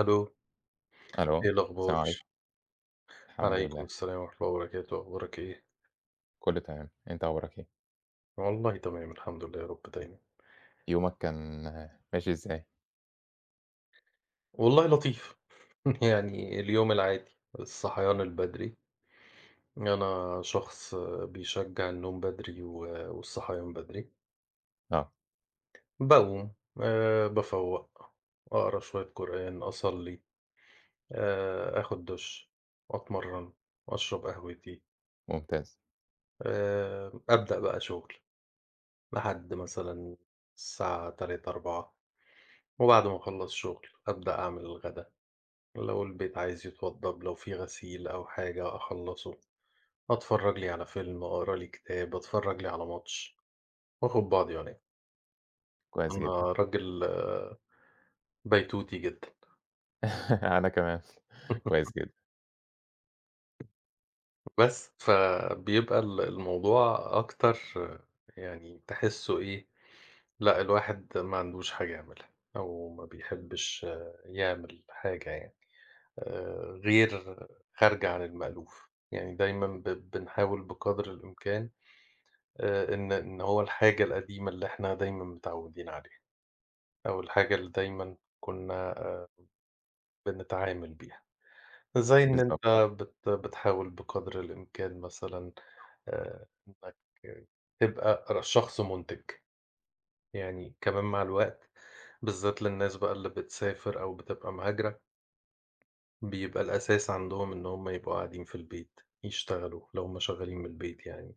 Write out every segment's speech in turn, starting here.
ألو، ألو، إيه الأخبار؟ السلام عليكم، الحمد عليكم لله، السلام ورحمة الله وبركاته، أخبارك إيه؟ كُلّه تمام، أنت أخبارك إيه؟ والله تمام الحمد لله يا رب دايمًا، يومك كان ماشي إزاي؟ والله لطيف، يعني اليوم العادي، الصحيان البدري، أنا شخص بيشجّع النوم بدري و والصحيان بدري، آه، باقوم بافوّق، أقرا شوية قرآن، أصلّي، آخد دُش، أتمرّن، أشرب قهوتي، ممتاز، أبدأ بقى شغل لحد مثلًا الساعة 15:00، 16:00. وبعد ما أخلّص شغل أبدأ أعمل الغدا، لو البيت عايز يتوضّب، لو في غسيل أو حاجة أخلّصه، أتفرّج لي على فيلم، أقرا لي كتاب، أتفرّج لي على ماتش، وآخُد بعضي وأنام. كويس جدًا، أنا راجل بيتوتي جدًا. أنا كمان، كويس جدًا، بس، فبيبقى الموضوع أكتر، يعني تحسّه إيه، لأ الواحد ما عندوش حاجة يعملها أو ما بيحبّش يعمل حاجة يعني. غير خارجة عن المألوف، يعني دايمًا بنحاول بقدر الإمكان إن هو الحاجة القديمة اللي إحنا دايمًا متعودين عليها، أو الحاجة اللي دايمًا كنا بنتعامل بيها، زي إن بالضبط، أنت بتحاول بقدر الإمكان مثلًا إنك تبقى شخص مُنتِج، يعني كمان مع الوقت بالذات للناس بقى اللي بتسافر أو بتبقى مهاجرة بيبقى الأساس عندهم إن هم يبقوا قاعدين في البيت، يشتغلوا لو هم شغالين من البيت يعني،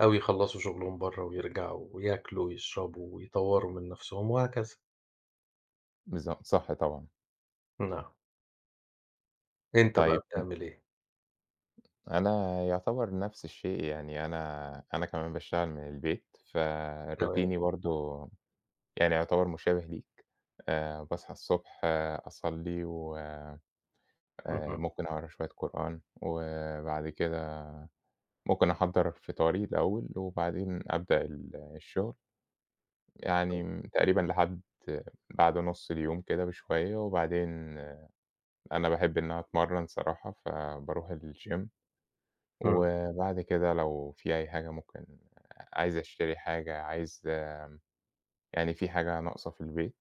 أو يخلّصوا شغلهم برّه ويرجعوا وياكلوا ويشربوا ويطوّروا من نَفْسهم وهكذا. بالضبط، صح طبعًا، نعم. أنت بقى طيب بتعمل إيه؟ أنا يعتبر نفس الشيء، يعني أنا كمان باشتغل من البيت، تمام. فروتيني برضه يعني يعتبر مشابه ليك، باصحى الصبح أصلّي، وآآ اهم. ممكن أقرا شوية قرآن، وبعد كده ممكن أحضّر فطاري الأول، وبعدين أبدأ الشغل، يعني تقريبًا لحد بعد نُص اليوم كده بشوية، وبعدين أنا باحب إن أنا أتمرّن صراحة، فباروح الgym إمم. وبعد كده لو في أي حاجة ممكن عايز أشتري حاجة، يعني في حاجة ناقصة في البيت،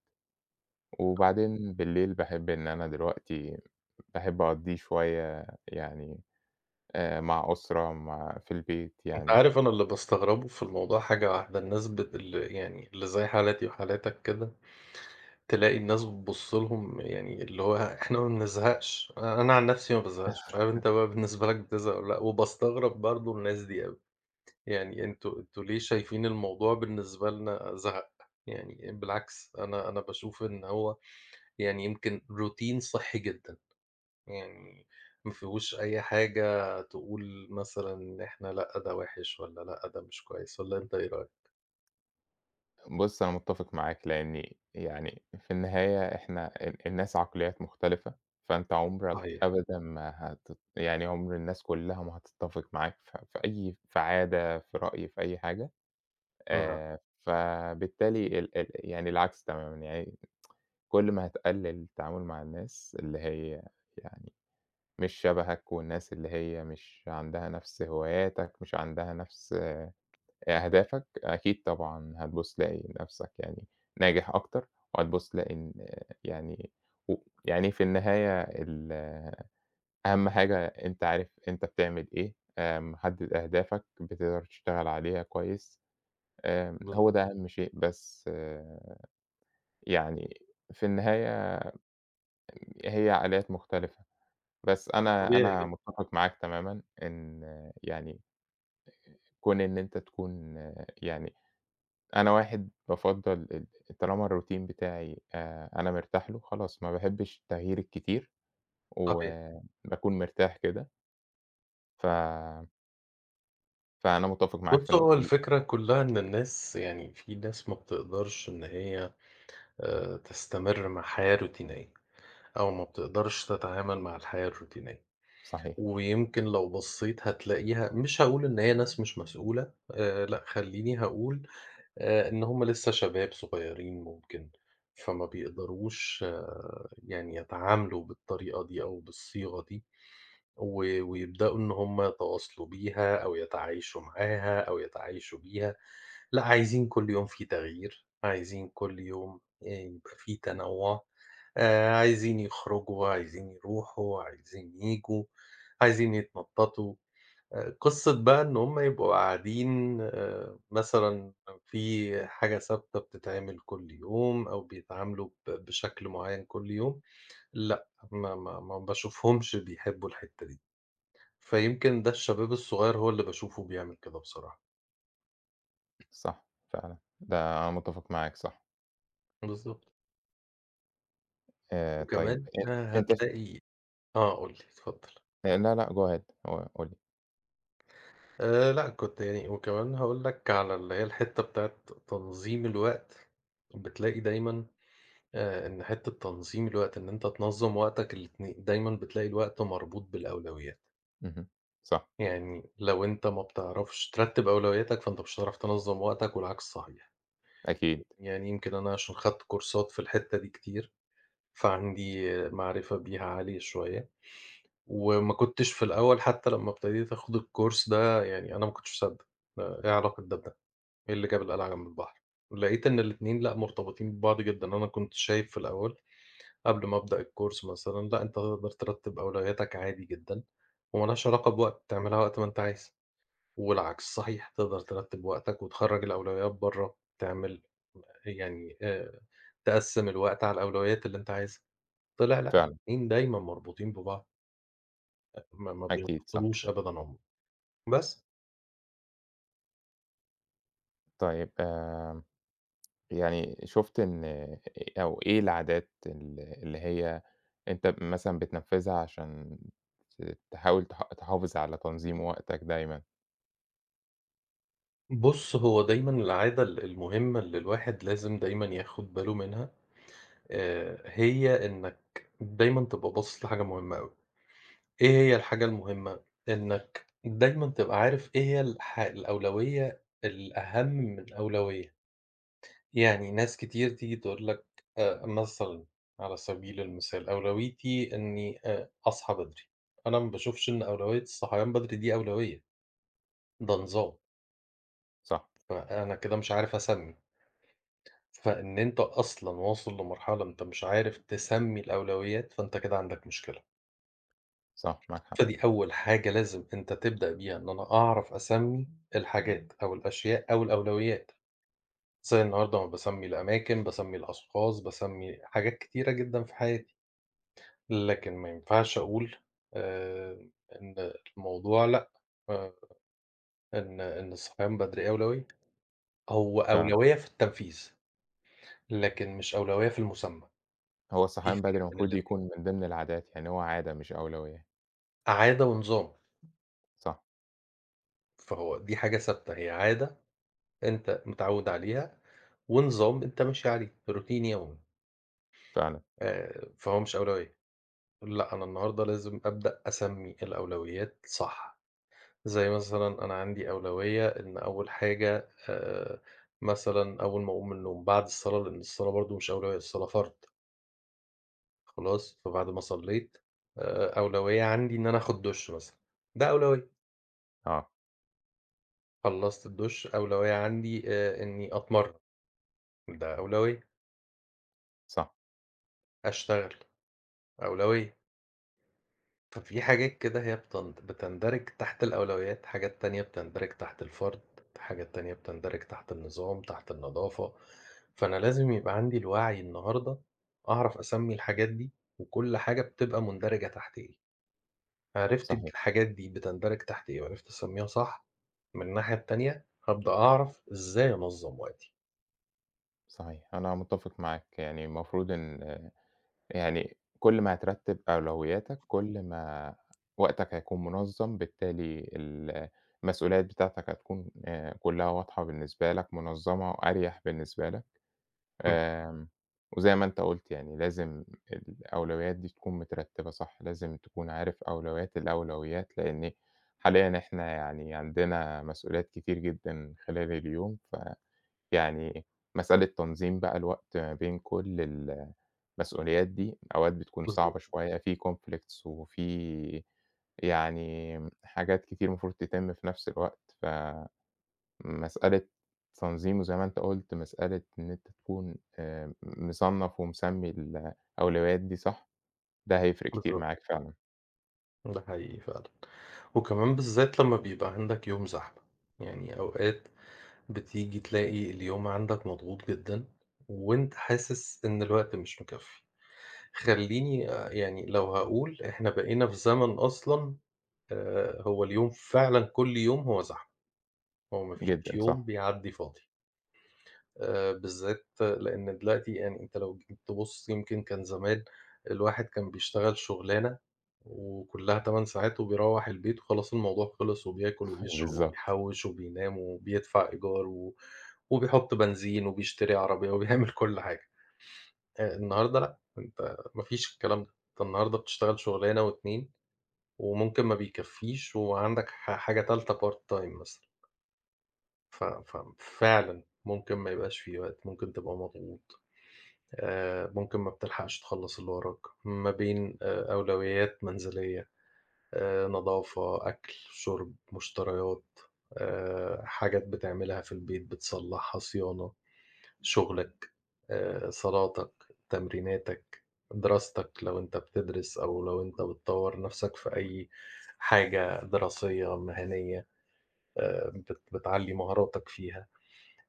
تمام. وبعدين بالليل باحب إن أنا دلوقتي باحب أقضّيه شوية يعني مع أسرة، في البيت أنت يعني. عارف أنا اللي باستغربه في الموضوع حاجة واحدة، الناس بت ال يعني اللي زي حالاتي وحالاتك كده، تلاقي الناس بتبُص لهم يعني اللي هو إحنا ما بنزهقش، أنا عن نَفْسي ما بازهقش، مش عارف أنت بقى بالنسبة لك بتزهق والّا لأ، وباستغرب برضه الناس دي أوي. يعني أنتم ليه شايفين الموضوع بالنسبة لنا زَهَق؟ يعني بالعكس، أنا باشوف إن هو يعني يمكن روتين صحّي جدًا، يعني ما فيهوش أي حاجة تقول مثلًا إن إحنا لأ، ده وِحِش والّا لأ، ده مش كويس والّا أنت إيه رأيك؟ بُص، أنا متّفق معاك، لإني يعني في النهاية إحنا الناس عقليات مختلفة، فأنت عمرك صحيح. أبدًا ما هت يعني عمر الناس كلّها ما هتتّفق معاك ف في أي في عادة، في رأي، في أي حاجة، إمم، فبالتالي ال ال يعني العكس تمامًا، يعني كل ما هتقلّل التعامل مع الناس اللي هي يعني مش شبهك والناس اللي هي مش عندها نَفْس هواياتك، مش عندها نَفْس أهدافك، أكيد طبعًا هتبُص تلاقي نَفْسك يعني ناجح أكتر، وهتبُص تلاقي إن يعني و يعني في النهاية ال أهم حاجة أنت عارف أنت بتعمل إيه، محدد أهدافك، بتقدر تشتغل عليها كويس، ب هو ده أهم شيء، بس يعني في النهاية هي عقليات مختلفة، بس أنا طبيعي أنا جدًا، متّفق معاك تمامًا إن يعني كون إن أنت تكون يعني أنا واحد بافضّل طالما الroutine بتاعي أنا مرتاح له، خلاص ما باحبّش التغيير الكتير صحيح. وباكون مرتاح كده، ف فأنا متّفق معاك في بُص، هو النقطة دي، الفكرة كلّها إن الناس يعني في ناس ما بتقدرش إن هي تستمر مع حياة روتينية أو ما بتقدرش تتعامل مع الحياة الروتينية. صحيح، ويمكن لو بصّيت هتلاقيها مش هاقول إن هي ناس مش مسؤولة، لأ، خلّيني هاقول إن هُم لسّه شباب صغيّرين ممكن، فما بيقدروش يعني يتعاملوا بالطريقة دي أو بالصيغة دي. و ويبدأوا إن هم يتواصلوا بيها أو يتعايشوا معاها أو يتعايشوا بيها، لأ عايزين كل يوم في تغيير، عايزين كل يوم يبقى في تنوُّع، عايزين يخرجوا، عايزين يروحوا، عايزين ييجوا، عايزين يتنططوا، قصة بقى إن هم يبقوا قاعدين مثلًا في حاجة ثابتة بتتعمل كل يوم أو بيتعاملوا ب بشكل معيّن كل يوم، لأ ما باشوفهمش بيحبوا الحتّة دي. فيمكن ده الشباب الصغير هو اللي باشوفه بيعمل كده بصراحة. صح فعلًا، ده أنا متّفق معاك صح. بالضبط. طيب وكمان أ أنت ش هتلاقي آه، قُل لي، اتفضّل. آه، لا، لأ go ahead قُل لي. لأ، كنت يعني وكمان هاقول لك على اللي هي الحتّة بتاعة تنظيم الوقت، بتلاقي دايمًا إن حتّة تنظيم الوقت، إن أنت تنظّم وقتك الاتني دايمًا بتلاقي الوقت مربوط بالأولويات. اهم، صح، يعني لو أنت ما بتعرفش ترتّب أولوياتك، فأنت مش هتعرف تنظّم وقتك والعكس صحيح. أكيد، يعني يمكن أنا عشان خدت كورسات في الحتّة دي كتير فعندي معرفة بيها عالية شوية، وما كنتش في الأول حتى لمّا ابتديت آخد الcourse ده يعني أنا ما كنتش مصدّق، إيه علاقة ده بده؟ إيه اللي جاب القلعة جنب البحر؟ لقيت إن الاتنين لأ، مرتبطين ببعض جدًا، أنا كنت شايف في الأول قبل ما أبدأ الcourse مثلًا، لأ، أنت تقدر ترتّب أولوياتك عادي جدًا، وما لهاش علاقة بوقت، تعملها وقت ما أنت عايز، والعكس صحيح، تقدر ترتّب وقتك وتخرّج الأولويات برّه، تعمل يعني تقسّم الوقت على الأولويات اللي أنت عايزها. طلع لأ، فعلًا، الاتنين دايمًا مربوطين ببعض، ما أكيد صح. بينفصلوش أبدًا عمرهم. بس، طيب يعني شُفت إن إيه أو إيه العادات اللي هي أنت مثلًا بتنفّذها عشان ت تحاول تح تحافظ على تنظيم وقتك دايمًا؟ بُص هو دايمًا العادة المهمة اللي الواحد لازم دايمًا ياخد باله منها، هي إنك دايمًا تبقى باصص لحاجة مهمة أوي. إيه هي الحاجة المهمة؟ إنك دايمًا تبقى عارف إيه هي الأولوية الأهم من أولوية. يعني ناس كتير تيجي تقول لك مثلًا على سبيل المثال أولويتي إنّي أصحى بدري، أنا ما باشوفش إن أولوية الصحيان بدري دي أولوية، ده نظام، صح، فأنا كده مش عارف أسمّي، فإن أنت أصلًا واصل لمرحلة أنت مش عارف تسمّي الأولويات، فأنت كده عندك مشكلة، صح، معاك حق فدي أول حاجة لازم أنت تبدأ بيها، إن أنا أعرف أسمّي الحاجات أو الأشياء أو الأولويات، زي النهارده ما باسمّي الأماكن، باسمّي الأشخاص، باسمّي حاجات كتيرة جدًا في حياتي. لكن ما ينفعش أقول آآ إن الموضوع لأ، آآ إن الصحيان بدري أولوية، هو فعلًا. أولوية في التنفيذ، لكن مش أولوية في المسمى، هو في الصحيان بدري فرق بين المفروض الاتنين، يكون من ضمن العادات، يعني هو عادة مش أولوية. عادة ونظام، صح، فهو دي حاجة ثابتة، هي عادة أنت متعوّد عليها، ونظام أنت ماشي عليه، روتين يومي، فعلًا، فهو مش أولوية، لأ أنا النهارده لازم أبدأ أسمّي الأولويات صح. زي مثلًا أنا عندي أولوية إن أول حاجة، مثلًا أول ما أقوم من النوم بعد الصلاة، لأن الصلاة برضه مش أولوية، الصلاة فرض خلاص، فبعد ما صليت أولوية عندي إن أنا آخد دُش مثلًا، ده أولوية، آه، خلّصت الدُش أولوية عندي، إني أتمرّن، ده أولوية، صح، أشتغل أولوية. ففي حاجات كده هي بتندرج تحت الأولويات، حاجات تانية بتندرج تحت الفرد، حاجات تانية بتندرج تحت النظام، تحت النضافة، فأنا لازم يبقى عندي الوعي النهارده أعرف أسمّي الحاجات دي، وكل حاجة بتبقى مندرجة تحت إيه، عرفت صحيح، الحاجات دي بتندرج تحت إيه وعرفت أسمّيها صح، من الناحية التانية هابدأ أعرف إزاي أنظّم وقتي. صحيح. أنا متّفق معاك، يعني المفروض يعني كل ما هترتّب أولوياتك، كل ما وقتك هيكون منظّم، بالتالي المسؤوليات بتاعتك هتكون كلّها واضحة بالنسبة لك، منظّمة وأريح بالنسبة لك، إمم، آمم، وزي ما أنت قُلت يعني لازم الأولويات دي تكون مترتّبة صح، لازم تكون عارف أولويات الأولويات، لإن حاليًا إحنا يعني عندنا مسؤوليات كتير جدًا خلال اليوم يعني مسألة تنظيم بقى الوقت ما بين كل المسؤوليات دي أوقات بتكون بالضبط، صعبة شوية، في conflicts وفي يعني حاجات كتير المفروض تتم في نفس الوقت، فمسألة تنظيم وزي ما أنت قُلت مسألة إن أنت تكون مصنّف ومسمّي الأولويات دي صح، ده هيفرق كتير بالضبط، معاك فعلًا، ده حقيقي فعلًا، وكمان بالذات لمّا بيبقى عندك يوم زحمة، يعني أوقات بتيجي تلاقي اليوم عندك مضغوط جدًا، وأنت حاسس إن الوقت مش مكفّي. خلّيني يعني لو هاقول إحنا بقينا في زمن أصلًا هو اليوم فعلًا كل يوم هو زحمة، هو ما فيش جدًا يوم صح، بيعدّي فاضي. بالذات لإن دلوقتي يعني أنت لو جيت تبُص يمكن كان زمان الواحد كان بيشتغل شُغلانة وكُلّها 8 ساعات وبيروّح البيت وخلاص الموضوع خلص وبياكل وبيشرب بالضبط، وبيحوِّش وبينام وبيدفع إيجار و وبيحُط بنزين وبيشتري عربية وبيعمل كل حاجة. النهارده لأ، أنت ما فيش الكلام ده، أنت النهارده بتشتغل شُغلانة و2 وممكن ما بيكفّيش وعندك حاجة تالتة part time مثلًا. ف ف ففعلًا ممكن ما يبقاش في وقت، ممكن تبقى مضغوط. ممكن ما بتلحقش تخلّص اللي وراك، ما بين أولويات منزلية، نضافة، أكل، شُرب، مشتريات، حاجات بتعملها في البيت بتصلّحها، صيانة، شُغلك، صلاتك، تمريناتك، دراستك لو أنت بتدرس أو لو أنت بتطوّر نَفْسك في أي حاجة دراسية، مهنية، بتعلّي مهاراتك فيها،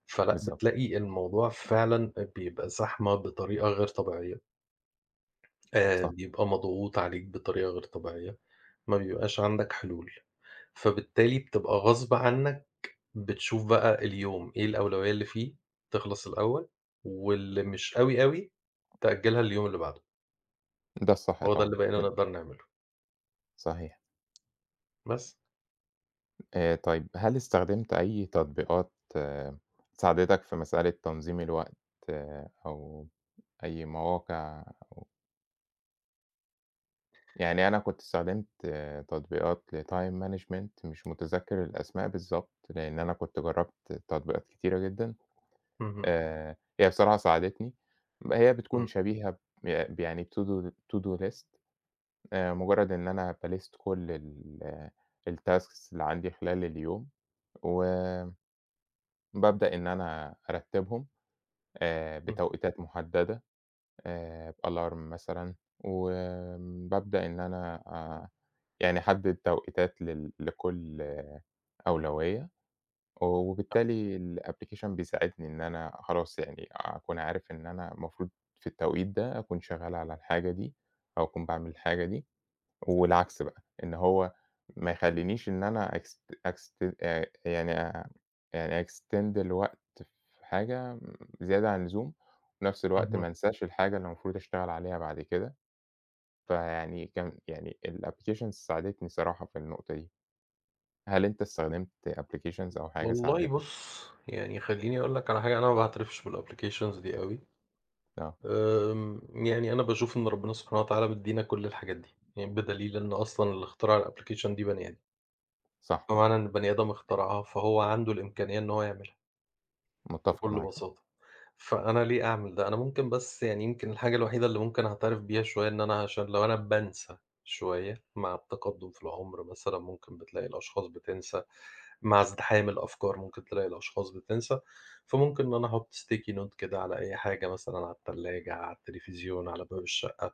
فلأ بالضبط، بتلاقي الموضوع فعلًا بيبقى زحمة بطريقة غير طبيعية. صح، بيبقى مضغوط عليك بطريقة غير طبيعية، ما بيبقاش عندك حلول، فبالتالي بتبقى غصب عنّك بتشوف بقى اليوم إيه الأولوية اللي فيه تخلص الأول، واللي مش أوي، أوي تأجّلها لليوم اللي بعده، ده الصح هو ده اللي طبعًا، بقينا حلو، نقدر نعمله صحيح. بس. طيب هل استخدمت أي تطبيقات ساعدتك في مسألة تنظيم الوقت أو أي مواقع؟ يعني أنا كنت استخدمت تطبيقات لtime management مش متذكر الأسماء بالضبط، لإن أنا كنت جرّبت تطبيقات كتيرة جدًا، اهم، هي بصراحة ساعدتني، هي إمم، بتكون شبيهة ب ب يعني بtodo to-do list مجرّد إن أنا باليست كل ال آه، الtasks اللي عندي خلال اليوم، وبابدأ إن أنا أرتّبهم. إمم، بتوقيتات مُحددة، بalarm مثلًا، وبابدأ إن أنا يعني أحدد توقيتات لكل أولوية، وبالتالي الapplication بيساعدني إن أنا خلاص يعني أكون عارف إن أنا المفروض في التوقيت ده أكون شغّال على الحاجة دي، أو أكون باعمل الحاجة دي. والعكس بقى، إن هو ما يخلّينيش إن أنا أكست يعني يعني أextend الوقت في حاجة زيادة عن اللزوم، وفي نفس الوقت اهم. ما انساش الحاجة اللي المفروض أشتغل عليها بعد كده، فيعني كان يعني الapplications ساعدتني صراحة في النقطة دي. هل أنت استخدمت applications أو حاجة والله ساعدتك؟ بُص، يعني خلّيني أقول لك على حاجة، أنا ما باعترفش بالapplications دي أوي، آه، آمم يعني أنا باشوف إن ربنا سبحانه وتعالى مدّينا كل الحاجات دي، يعني بدليل إن أصلًا اللي اخترع الapplication دي بني آدم. صح، فمعنى إن البني آدم اخترعها، فهو عنده الإمكانية إن هو يعملها متّفق بكل معاك صح، بساطة، فأنا ليه أعمل ده؟ أنا ممكن بس يعني يمكن الحاجة الوحيدة اللي ممكن أعترف بيها شوية إن أنا عشان لو أنا بانسى شوية مع التقدُّم في العُمر مثلًا ممكن بتلاقي الأشخاص بتنسى، مع ازدحام الأفكار ممكن تلاقي الأشخاص بتنسى، فممكن إن أنا أحُط sticky note كده على أي حاجة مثلًا على التلاجة، على التليفزيون، على باب الشقة،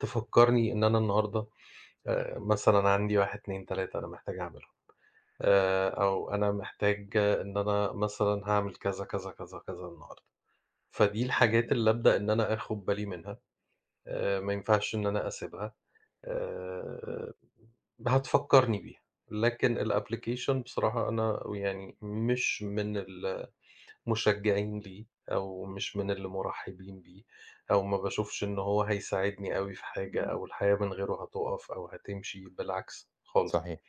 تفكّرني إن أنا النهارده مثلًا عندي 1، 2، 3 أنا محتاج أعملهم. أو أنا محتاج إن أنا مثلًا هاعمل كذا، كذا، كذا، كذا النهارده. فدي الحاجات اللي أبدأ إن أنا آخد بالي منها، ما ينفعش إن أنا أسيبها، آآ، هتفكّرني بيها. لكن الapplication بصراحة أنا يعني مش من المشجعين ليه، أو مش من اللي مُرحّبين بيه، أو ما باشوفش إن هو هيساعدني أوي في حاجة، أو الحياة من غيره هتُقف أو هتمشي، بالعكس خالص. صحيح،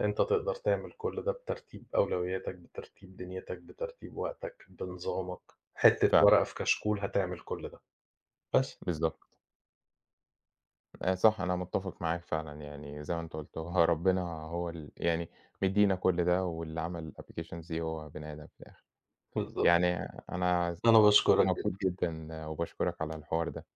أنت تقدر تعمل كل ده بترتيب أولوياتك، بترتيب دنيتك، بترتيب وقتك، بنظامك، حتّة فعلًا، ورقة في كشكول هتعمل كل ده، بس، بالضبط. صح، أنا متّفق معاك فعلًا، يعني زي ما أنت قُلت هو ربنا هو ال يعني مدّينا كل ده، واللي عمل الapplications دي هو بني آدم في الآخر. بالضبط. يعني أنا أنا باشكرك مبسوط جدًا وباشكرك على الحوار ده.